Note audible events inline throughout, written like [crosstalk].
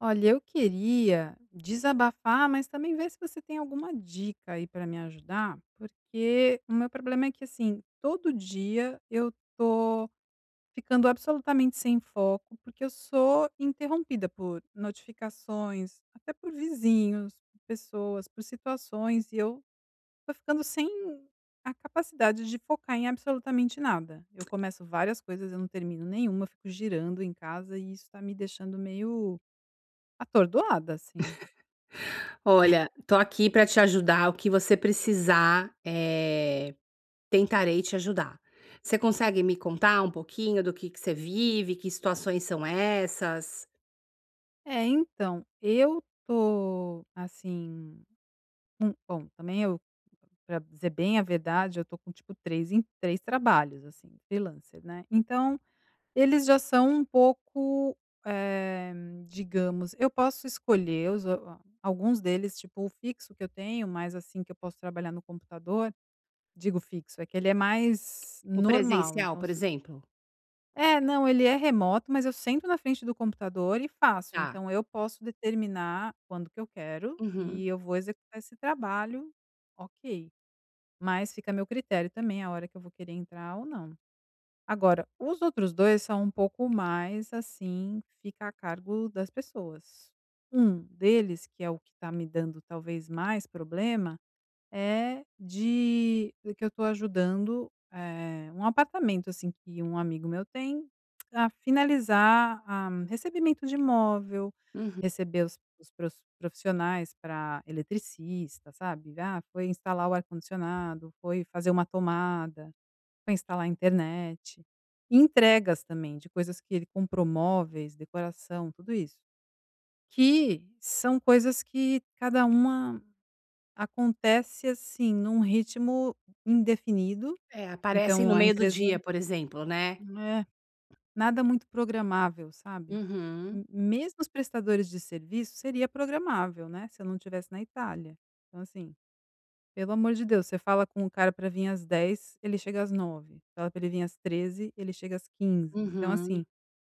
Olha, eu queria desabafar, mas também ver se você tem alguma dica aí para me ajudar, porque o meu problema é que assim, todo dia eu tô ficando absolutamente sem foco, porque eu sou interrompida por notificações, até por vizinhos, por pessoas, por situações, e eu tô ficando sem a capacidade de focar em absolutamente nada. Eu começo várias coisas, eu não termino nenhuma, eu fico girando em casa e isso tá me deixando meio atordoada, assim. Olha, tô aqui pra te ajudar. O que você precisar, tentarei te ajudar. Você consegue me contar um pouquinho do que você vive, que situações são essas? É, então, eu tô, assim, com bom, também eu pra dizer bem a verdade, eu tô com, tipo, 3 em 3 trabalhos, assim, freelancer, né. Então, eles já são um pouco, eh, digamos eu posso escolher os a alguns deles, tipo, o fixo que eu tenho, mas, assim, que eu posso trabalhar no computador digo fixo, é que ele é mais O normal, presencial, então por exemplo? é, não, ele é remoto, mas eu sento na frente do computador e faço. Tá. Então eu posso determinar quando que eu quero e Uhum, eu vou executar esse trabalho, ok. Mas fica a meu critério também a hora que eu vou querer entrar ou não. Agora, os outros dois são um pouco mais assim, fica a cargo das pessoas. Um deles, que é o que está me dando talvez mais problema, é de que eu estou ajudando, um apartamento, assim, que um amigo meu tem, a finalizar a recebimento de móvel, uhum. receber os pros profissionais para eletricista, sabe. Ah, foi instalar o ar-condicionado, foi fazer uma tomada, foi instalar a internet. E entregas também de coisas que ele comprou, móveis, decoração, tudo isso. Que são coisas que cada uma acontece, assim, num ritmo indefinido, É, aparecem então no a meio do empresa dia, por exemplo, né? é, nada muito programável, sabe. Uhum, M Mesmo os prestadores de serviço seria programável, né, se eu não tivesse na Itália. Então, assim, pelo amor de Deus, você fala com o cara para vir às dez, ele chega às nove. Fala para ele vir às treze, ele chega às quinze. Então, uhum, assim,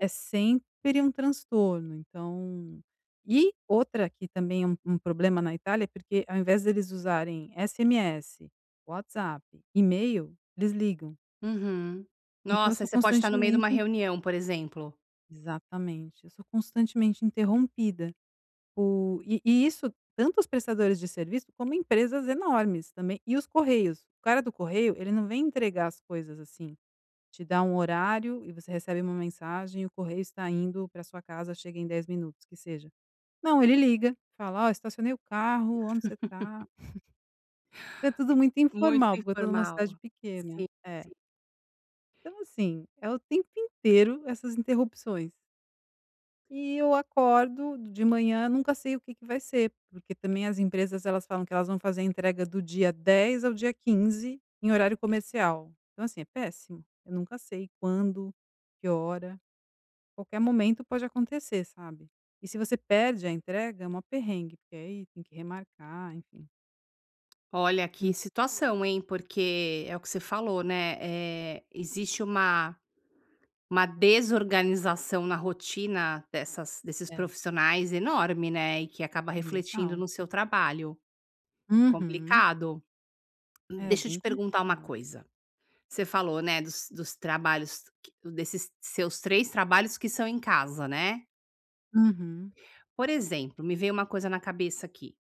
é sempre um transtorno, então e outra que também é um problema na Itália, é porque ao invés deles usarem SMS, WhatsApp, e-mail, eles ligam. uhum. Então eu Nossa, sou você pode estar no meio de uma constantemente reunião, por exemplo. exatamente, eu sou constantemente interrompida por isso tanto os prestadores de serviço, como empresas enormes também, e os correios. O cara do correio, ele não vem entregar as coisas, assim, te dá um horário e você recebe uma mensagem e o correio está indo para sua casa, chega em 10 minutos, que seja. Não, ele liga, fala: "Ó, estacionei o carro, onde você tá?". Então, é tudo muito Muito informal, porque eu tô numa informal. cidade pequena. É. Sim. Então, assim, é o tempo inteiro essas interrupções. E eu acordo de manhã, nunca sei o que que vai ser, porque também as empresas elas falam que elas vão fazer a entrega do dia 10 ao dia 15 em horário comercial. Então, assim, é péssimo. Eu nunca sei quando, que hora, qualquer momento pode acontecer, sabe. E se você perde a entrega, é mó perrengue, porque aí tem que remarcar, enfim. Olha, que Hum, situação, hein? Porque é o que você falou, né? É, existe uma desorganização na rotina desses é, profissionais enorme, né? E que acaba refletindo total. no seu trabalho. Uhum. Complicado. É Deixa eu bem te perguntar uma complicado. coisa. Você falou, né, dos trabalhos, desses seus três trabalhos que são em casa, né? Uhum, Por exemplo, me veio uma coisa na cabeça aqui.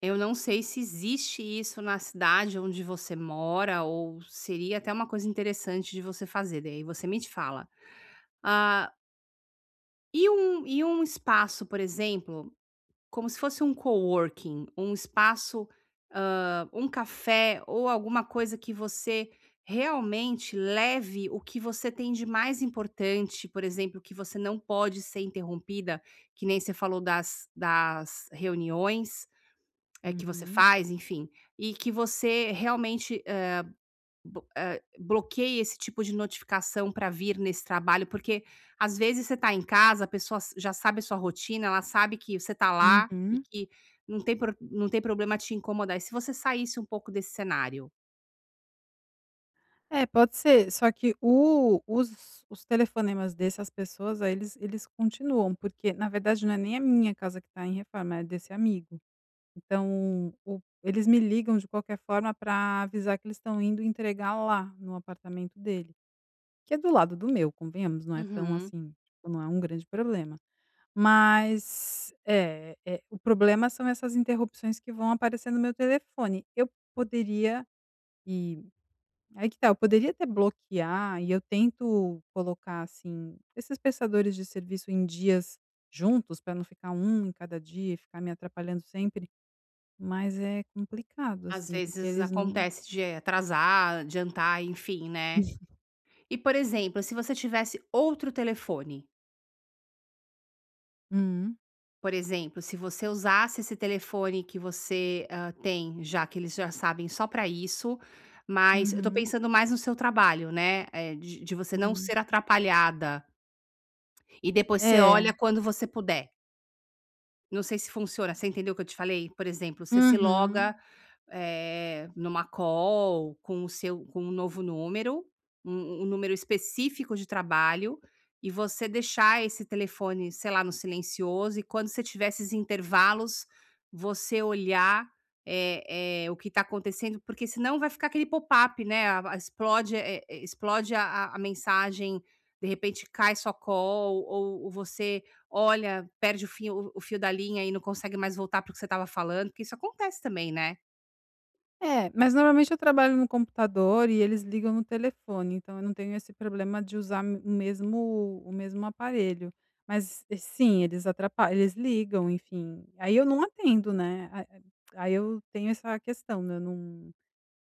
Eu não sei se existe isso na cidade onde você mora ou seria até uma coisa interessante de você fazer, daí você me fala. Ah, e um espaço, por exemplo, como se fosse um coworking, um espaço, um café ou alguma coisa que você realmente leve o que você tem de mais importante, por exemplo, que você não pode ser interrompida, que nem você falou das reuniões, é, que você uhum, faz, enfim. E que você realmente, bo eh, bloqueie esse tipo de notificação para vir nesse trabalho, porque às vezes você está em casa, a pessoa s já sabe a sua rotina, ela sabe que você está lá e uhum. que não tem problema te incomodar. E se você saísse um pouco desse cenário? É, pode ser, só que o os telefonemas dessas pessoas aí eles continuam, porque na verdade não é nem a minha casa que está em reforma, é desse amigo. Então o eles me ligam de qualquer forma para avisar que eles estão indo entregar lá no apartamento dele, que é do lado do meu, convenhamos, não é tão Uhum. assim, tipo, não é um grande problema. Mas é o problema são essas interrupções que vão aparecer no meu telefone. Eu poderia e aí que tá, eu poderia até bloquear e eu tento colocar, assim, esses prestadores de serviço em dias juntos para não ficar um em cada dia e ficar me atrapalhando sempre, mas é complicado, Às assim, porque vezes eles não acontece de atrasar, adiantar, enfim, né. E, por exemplo, se você tivesse outro telefone. Hum, Por exemplo, se você usasse esse telefone que você, tem, já que eles já sabem só para isso, mas eu tô uhum, pensando mais no seu trabalho, né, de você não sim. ser atrapalhada e depois você É, olha quando você puder. Não sei se funciona, você entendeu o que eu te falei? Por exemplo, você se loga, uhum. Numa call com o seu com um novo número, um número específico de trabalho, e você deixar esse telefone, sei lá, no silencioso, e quando você tiver esses intervalos, você olhar, o que está acontecendo, porque senão vai ficar aquele pop-up, né, explode, explode a mensagem, de repente cai sua call, ou você. Olha, perde o fio da linha e não consegue mais voltar para o que você estava falando, porque isso acontece também, né. É, mas normalmente eu trabalho no computador e eles ligam no telefone, então eu não tenho esse problema de usar o mesmo aparelho. Mas sim, eles atrapalham, eles ligam, enfim. Aí eu não atendo, né? Aí eu tenho essa questão, né? Eu não,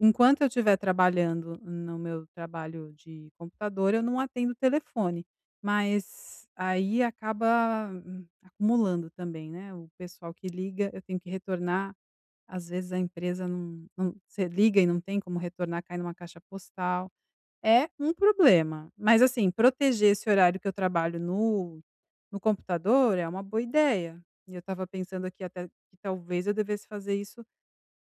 enquanto eu estiver trabalhando no meu trabalho de computador, eu não atendo o telefone. Mas aí acaba acumulando também, né? O pessoal que liga, eu tenho que retornar às vezes a empresa não você liga e não tem como retornar, cai numa caixa postal. É um problema, mas assim, proteger esse horário que eu trabalho no no computador é uma boa ideia. E eu estava pensando aqui até que talvez eu devesse fazer isso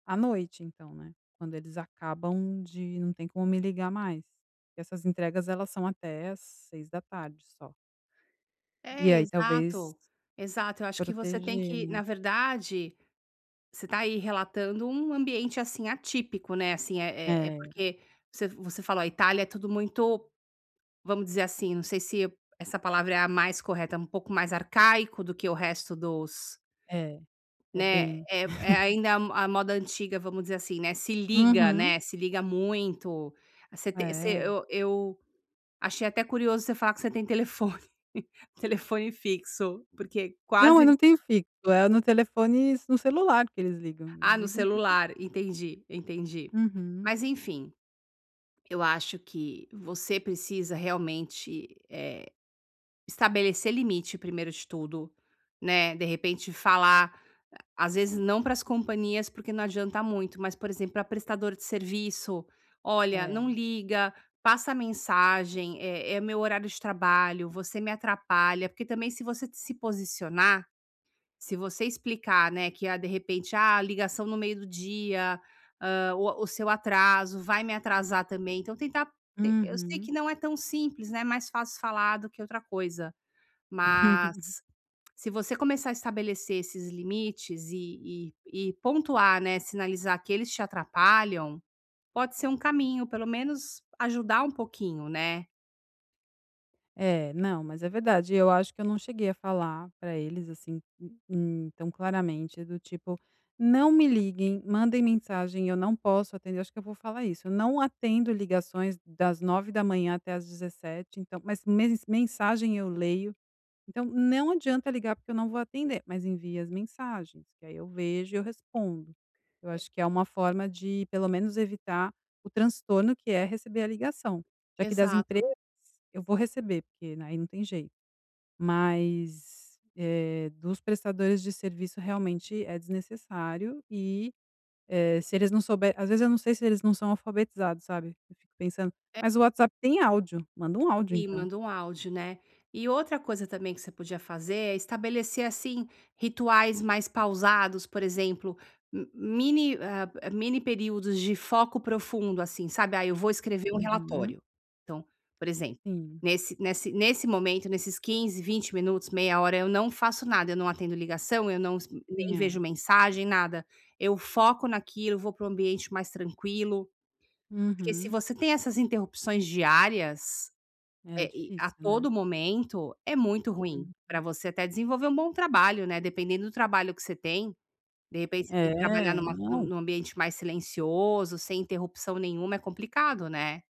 à noite então, né, quando eles acabam de não tem como me ligar mais. Essas entregas elas são até às seis da tarde só. E É, aí talvez exato. Eu acho que você tem proteger, que, né. na verdade, você está aí relatando um ambiente, assim, atípico, né, assim, é É, porque você falou, a Itália é tudo muito, vamos dizer assim, não sei se essa palavra é a mais correta, é um pouco mais arcaico do que o resto dos. é. É Né, bem é ainda a moda antiga, vamos dizer assim, uhum. né, se liga muito. Você te você É. Eu achei até curioso você falar que você tem telefone, [laughs] telefone fixo, porque Não, eu quase. não tenho fixo, é no telefone no celular que eles Ah, no ligam o tempo celular, entendi, entendi. Uhum. Mas enfim, eu acho que você precisa realmente, estabelecer limite, primeiro de tudo, né, de repente falar, às vezes não para as companhias, porque não adianta muito, mas, por exemplo, para prestador de serviço: "Olha, É. não liga, passa mensagem, é meu horário de trabalho, você me atrapalha", porque também se você se posicionar, se você explicar, né, que, ah, de repente: "Ah, ligação no meio do dia, o seu atraso vai me atrasar também", então tentar. Te Eu sei que Uhum. não é tão simples, né, é mais fácil falar do que outra coisa, mas [laughs] se você começar a estabelecer esses limites e pontuar, né, sinalizar que eles te atrapalham, pode ser um caminho, pelo menos ajudar um pouquinho, né. É, não, mas é verdade, eu acho que eu não cheguei a falar para eles, assim, tão claramente, do tipo: "Não me liguem, mandem mensagem, eu não posso atender", acho que eu vou falar isso, eu não atendo ligações das nove da manhã até as dezessete. Então mas mes mensagem eu leio. Então, não adianta ligar porque eu não vou atender, mas envia as mensagens, que aí eu vejo e eu respondo. Eu acho que é uma forma de, pelo menos, evitar o transtorno que é receber a ligação. Já que das Exato. empresas eu vou receber, porque né, aí não tem jeito. Mas dos prestadores de serviço realmente é desnecessário e se eles não souberem, às vezes eu não sei se eles não são alfabetizados, sabe? Eu fico pensando, mas o WhatsApp tem áudio, manda um áudio E então. manda um áudio, né. E outra coisa também que você podia fazer é estabelecer, assim, rituais mais pausados, por exemplo, m mini ah, ah, mini períodos de foco profundo, assim, sabe. "Ah, eu vou escrever um Uhum, relatório". Então, por exemplo, sim, nesse momento, nesses 15, 20 minutos, meia hora, eu não faço nada, eu não atendo ligação, eu nem é. vejo mensagem, nada. Eu foco naquilo, vou para um ambiente mais tranquilo, porque se Uhum. você tem essas interrupções diárias É é, e a difícil, né. todo momento é muito ruim Uhum. para você até desenvolver um bom trabalho, né, dependendo do trabalho que você tem, de repente você tem que trabalhar É, não, num ambiente mais silencioso, sem interrupção nenhuma, é complicado, né.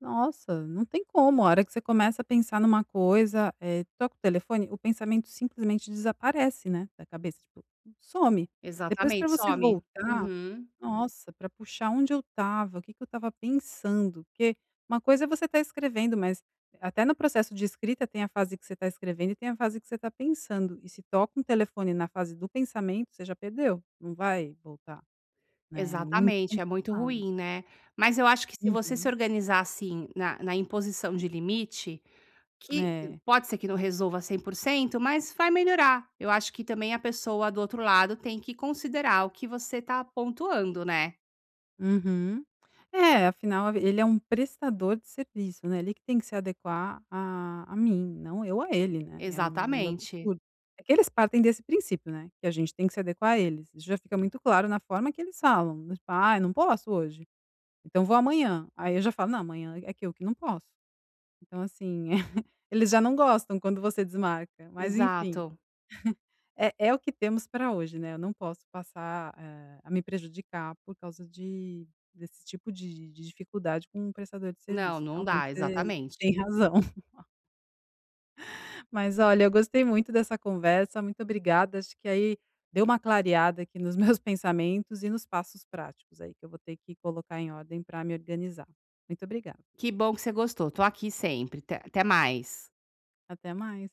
nossa, não tem como, a hora que você começa a pensar numa coisa, toca o telefone, o pensamento simplesmente desaparece, né, da cabeça, tipo, some. Depois para Exatamente, você some. voltar, Uhum. nossa, para puxar onde eu tava, o que que eu tava pensando, porque uma coisa é você estar escrevendo, mas até no processo de escrita tem a fase que você está escrevendo e tem a fase que você está pensando, e se toca um telefone na fase do pensamento, você já perdeu, não vai voltar, né, é muito Exatamente, é muito complicado. ruim, né. Mas eu acho que se você se Uhum. organizar, assim, na imposição de limite, que É. pode ser que não resolva 100%, mas vai melhorar. Eu acho que também a pessoa do outro lado tem que considerar o que você está pontuando, né. Uhum. É, afinal ele é um prestador de serviço, né, ele que tem que se adequar a mim, não eu a ele, né, é um meio Exatamente, absurdo. É que eles partem desse princípio, né, que a gente tem que se adequar a eles, isso já fica muito claro na forma que eles falam, do tipo: "Ai, não posso hoje, então vou amanhã", aí eu já falo: "Não, amanhã é que eu que não posso". Então assim, [laughs] eles já não gostam quando você desmarca, mas enfim. exato. É o que temos para hoje, né, eu não posso passar, a me prejudicar por causa de desse tipo de dificuldade com um prestador de Não, serviço. não Realmente dá, você tem exatamente. razão. [laughs] Mas olha, eu gostei muito dessa conversa, muito obrigada, acho que aí deu uma clareada aqui nos meus [laughs] pensamentos e nos passos práticos aí que eu vou ter que colocar em ordem para me organizar. Muito obrigada, Que bom que você gostou, tô aqui sempre, te até mais. até mais.